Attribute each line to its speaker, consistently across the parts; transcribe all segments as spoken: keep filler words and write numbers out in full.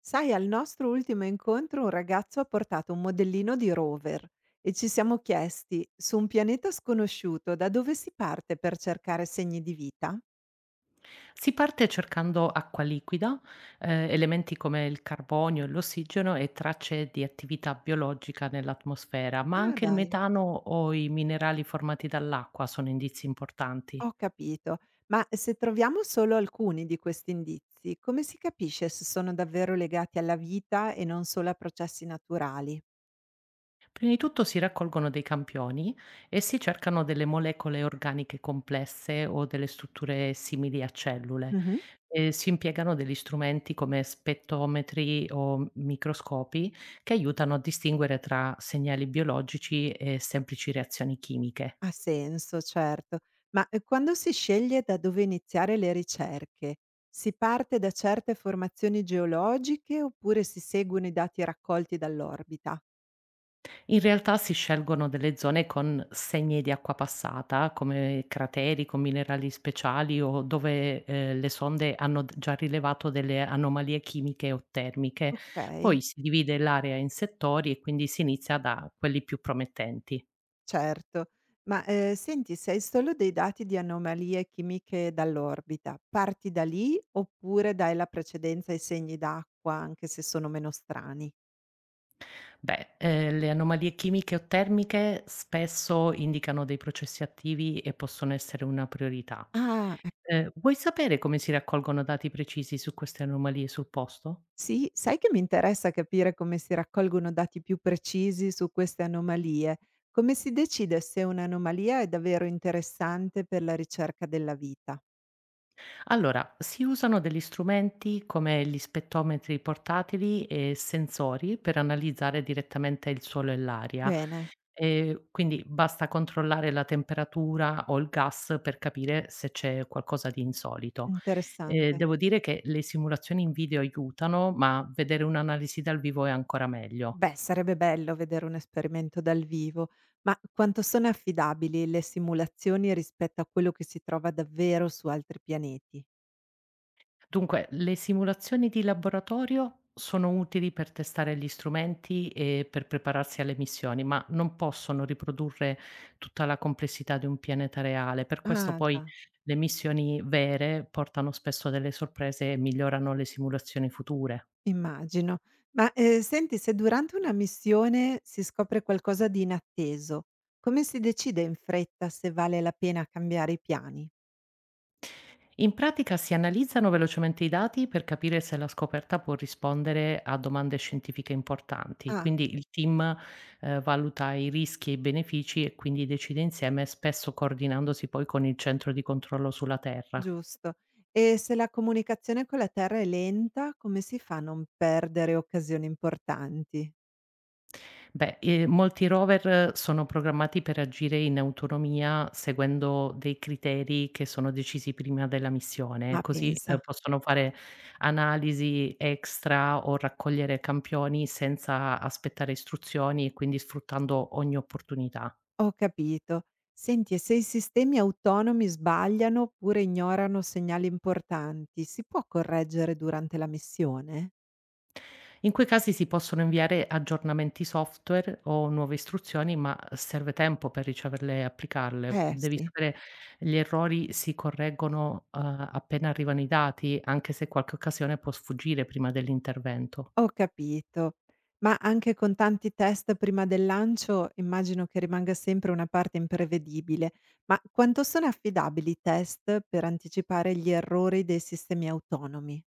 Speaker 1: Sai, al nostro ultimo incontro un ragazzo ha portato un modellino di rover e ci siamo chiesti, su un pianeta sconosciuto, da dove si parte per cercare segni di vita?
Speaker 2: Si parte cercando acqua liquida, eh, elementi come il carbonio e l'ossigeno e tracce di attività biologica nell'atmosfera, ma
Speaker 1: Ah,
Speaker 2: anche il
Speaker 1: dai,
Speaker 2: metano o i minerali formati dall'acqua sono indizi importanti.
Speaker 1: ho capito. Ma se troviamo solo alcuni di questi indizi, come si capisce se sono davvero legati alla vita e non solo a processi naturali?
Speaker 2: Prima di tutto si raccolgono dei campioni e si cercano delle molecole organiche complesse o delle strutture simili a cellule. E si impiegano degli strumenti come spettometri o microscopi che aiutano a distinguere tra segnali biologici e semplici reazioni chimiche.
Speaker 1: Ha senso, certo. Ma, ehm, quando si sceglie da dove iniziare le ricerche, si parte da certe formazioni geologiche oppure si seguono i dati raccolti dall'orbita?
Speaker 2: In realtà si scelgono delle zone con segne di acqua passata, come crateri con minerali speciali o dove eh, le sonde hanno d- già rilevato delle anomalie chimiche o termiche. Poi
Speaker 1: Okay,
Speaker 2: si divide l'area in settori e quindi si inizia da quelli più promettenti.
Speaker 1: certo. Ma, ehm, senti, se hai solo dei dati di anomalie chimiche dall'orbita, parti da lì oppure dai la precedenza ai segni d'acqua, anche se sono meno strani?
Speaker 2: Beh, eh, le anomalie chimiche o termiche spesso indicano dei processi attivi e possono essere una priorità.
Speaker 1: Ah, ecco.
Speaker 2: Eh, vuoi sapere come si raccolgono dati precisi su queste anomalie sul posto?
Speaker 1: Sì, sai che mi interessa capire come si raccolgono dati più precisi su queste anomalie. Come si decide se un'anomalia è davvero interessante per la ricerca della vita?
Speaker 2: Allora, si usano degli strumenti come gli spettometri portatili e sensori per analizzare direttamente il suolo e l'aria,
Speaker 1: Bene,
Speaker 2: e quindi basta controllare la temperatura o il gas per capire se c'è qualcosa di insolito. Eh,
Speaker 1: interessante.
Speaker 2: devo dire che le simulazioni in video aiutano, ma vedere un'analisi dal vivo è ancora meglio.
Speaker 1: Beh, sarebbe bello vedere un esperimento dal vivo, ma quanto sono affidabili le simulazioni rispetto a quello che si trova davvero su altri pianeti?
Speaker 2: Dunque, le simulazioni di laboratorio sono utili per testare gli strumenti e per prepararsi alle missioni, ma non possono riprodurre tutta la complessità di un pianeta reale. Per questo
Speaker 1: Ah,
Speaker 2: poi
Speaker 1: già.
Speaker 2: le missioni vere portano spesso a delle sorprese e migliorano le simulazioni future.
Speaker 1: Immagino. Ma, ehm, senti, se durante una missione si scopre qualcosa di inatteso, come si decide in fretta se vale la pena cambiare i piani?
Speaker 2: In pratica si analizzano velocemente i dati per capire se la scoperta può rispondere a domande scientifiche importanti,
Speaker 1: Ah,
Speaker 2: quindi il team eh, valuta i rischi e i benefici e quindi decide insieme, spesso coordinandosi poi con il centro di controllo sulla Terra.
Speaker 1: giusto. E se la comunicazione con la Terra è lenta, come si fa a non perdere occasioni importanti?
Speaker 2: Beh, ehm, molti rover sono programmati per agire in autonomia seguendo dei criteri che sono decisi prima della missione,
Speaker 1: Ma
Speaker 2: così,
Speaker 1: pensa,
Speaker 2: ehm, possono fare analisi extra o raccogliere campioni senza aspettare istruzioni e quindi sfruttando ogni opportunità.
Speaker 1: ho capito. Senti, e se i sistemi autonomi sbagliano oppure ignorano segnali importanti, si può correggere durante la missione?
Speaker 2: In quei casi si possono inviare aggiornamenti software o nuove istruzioni, ma serve tempo per riceverle e applicarle.
Speaker 1: Eh
Speaker 2: Devi
Speaker 1: sì.
Speaker 2: sapere, gli errori si correggono, uhm, appena arrivano i dati, anche se qualche occasione può sfuggire prima dell'intervento.
Speaker 1: Ho capito. Ma anche con tanti test prima del lancio immagino che rimanga sempre una parte imprevedibile. Ma quanto sono affidabili i test per anticipare gli errori dei sistemi autonomi?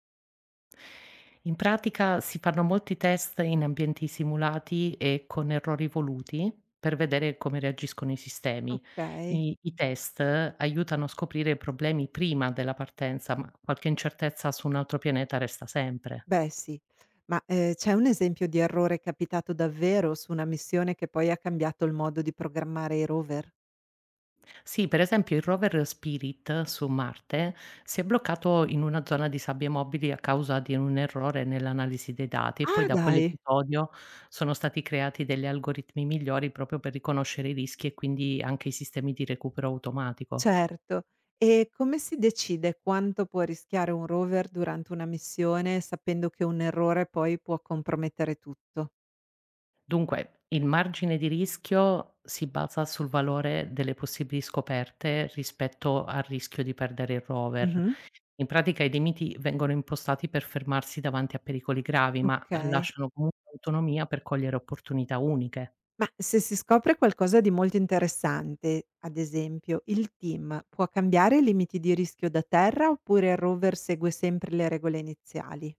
Speaker 2: In pratica si fanno molti test in ambienti simulati e con errori voluti per vedere come reagiscono i sistemi.
Speaker 1: Okay,
Speaker 2: I, i test aiutano a scoprire problemi prima della partenza, ma qualche incertezza su un altro pianeta resta sempre.
Speaker 1: beh sì. Ma, ehm, c'è un esempio di errore capitato davvero su una missione che poi ha cambiato il modo di programmare i rover?
Speaker 2: Sì, per esempio il rover Spirit su Marte si è bloccato in una zona di sabbie mobili a causa di un errore nell'analisi dei dati e poi
Speaker 1: Ah,
Speaker 2: da
Speaker 1: dai!
Speaker 2: quell'episodio sono stati creati degli algoritmi migliori proprio per riconoscere i rischi e quindi anche i sistemi di recupero automatico.
Speaker 1: Certo. E come si decide quanto può rischiare un rover durante una missione, sapendo che un errore poi può compromettere tutto?
Speaker 2: Dunque, il margine di rischio si basa sul valore delle possibili scoperte rispetto al rischio di perdere il rover.
Speaker 1: Mh-mh.
Speaker 2: In pratica i limiti vengono impostati per fermarsi davanti a pericoli gravi, ma
Speaker 1: Okay.
Speaker 2: lasciano comunque autonomia per cogliere opportunità uniche.
Speaker 1: Ma se si scopre qualcosa di molto interessante, ad esempio, il team può cambiare i limiti di rischio da terra oppure il rover segue sempre le regole iniziali?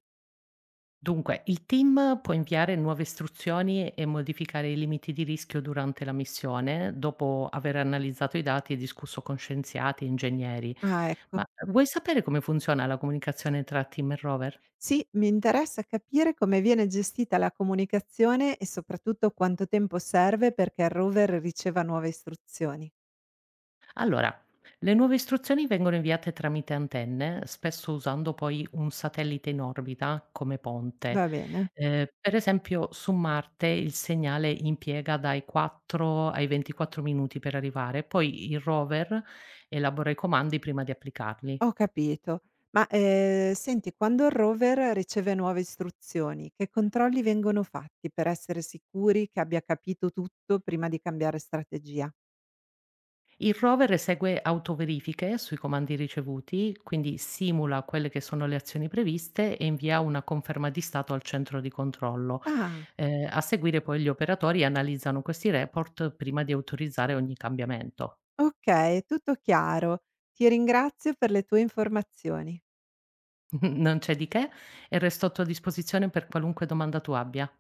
Speaker 2: Dunque, il team può inviare nuove istruzioni e modificare i limiti di rischio durante la missione, dopo aver analizzato i dati e discusso con scienziati e ingegneri.
Speaker 1: Ah, ecco.
Speaker 2: Ma vuoi sapere come funziona la comunicazione tra team e rover?
Speaker 1: Sì, mi interessa capire come viene gestita la comunicazione e soprattutto quanto tempo serve perché il rover riceva nuove istruzioni.
Speaker 2: Allora, le nuove istruzioni vengono inviate tramite antenne, spesso usando poi un satellite in orbita come ponte.
Speaker 1: Va bene,
Speaker 2: Eh, per esempio, su Marte il segnale impiega dai quattro ai ventiquattro minuti per arrivare, poi il rover elabora i comandi prima di applicarli.
Speaker 1: ho capito. Ma, ehm, senti, quando il rover riceve nuove istruzioni, che controlli vengono fatti per essere sicuri che abbia capito tutto prima di cambiare strategia?
Speaker 2: Il rover esegue autoverifiche sui comandi ricevuti, quindi simula quelle che sono le azioni previste e invia una conferma di stato al centro di controllo.
Speaker 1: Ah,
Speaker 2: Eh, a seguire poi gli operatori analizzano questi report prima di autorizzare ogni cambiamento.
Speaker 1: okay, tutto chiaro. Ti ringrazio per le tue informazioni.
Speaker 2: Non c'è di che e resto a tua disposizione per qualunque domanda tu abbia.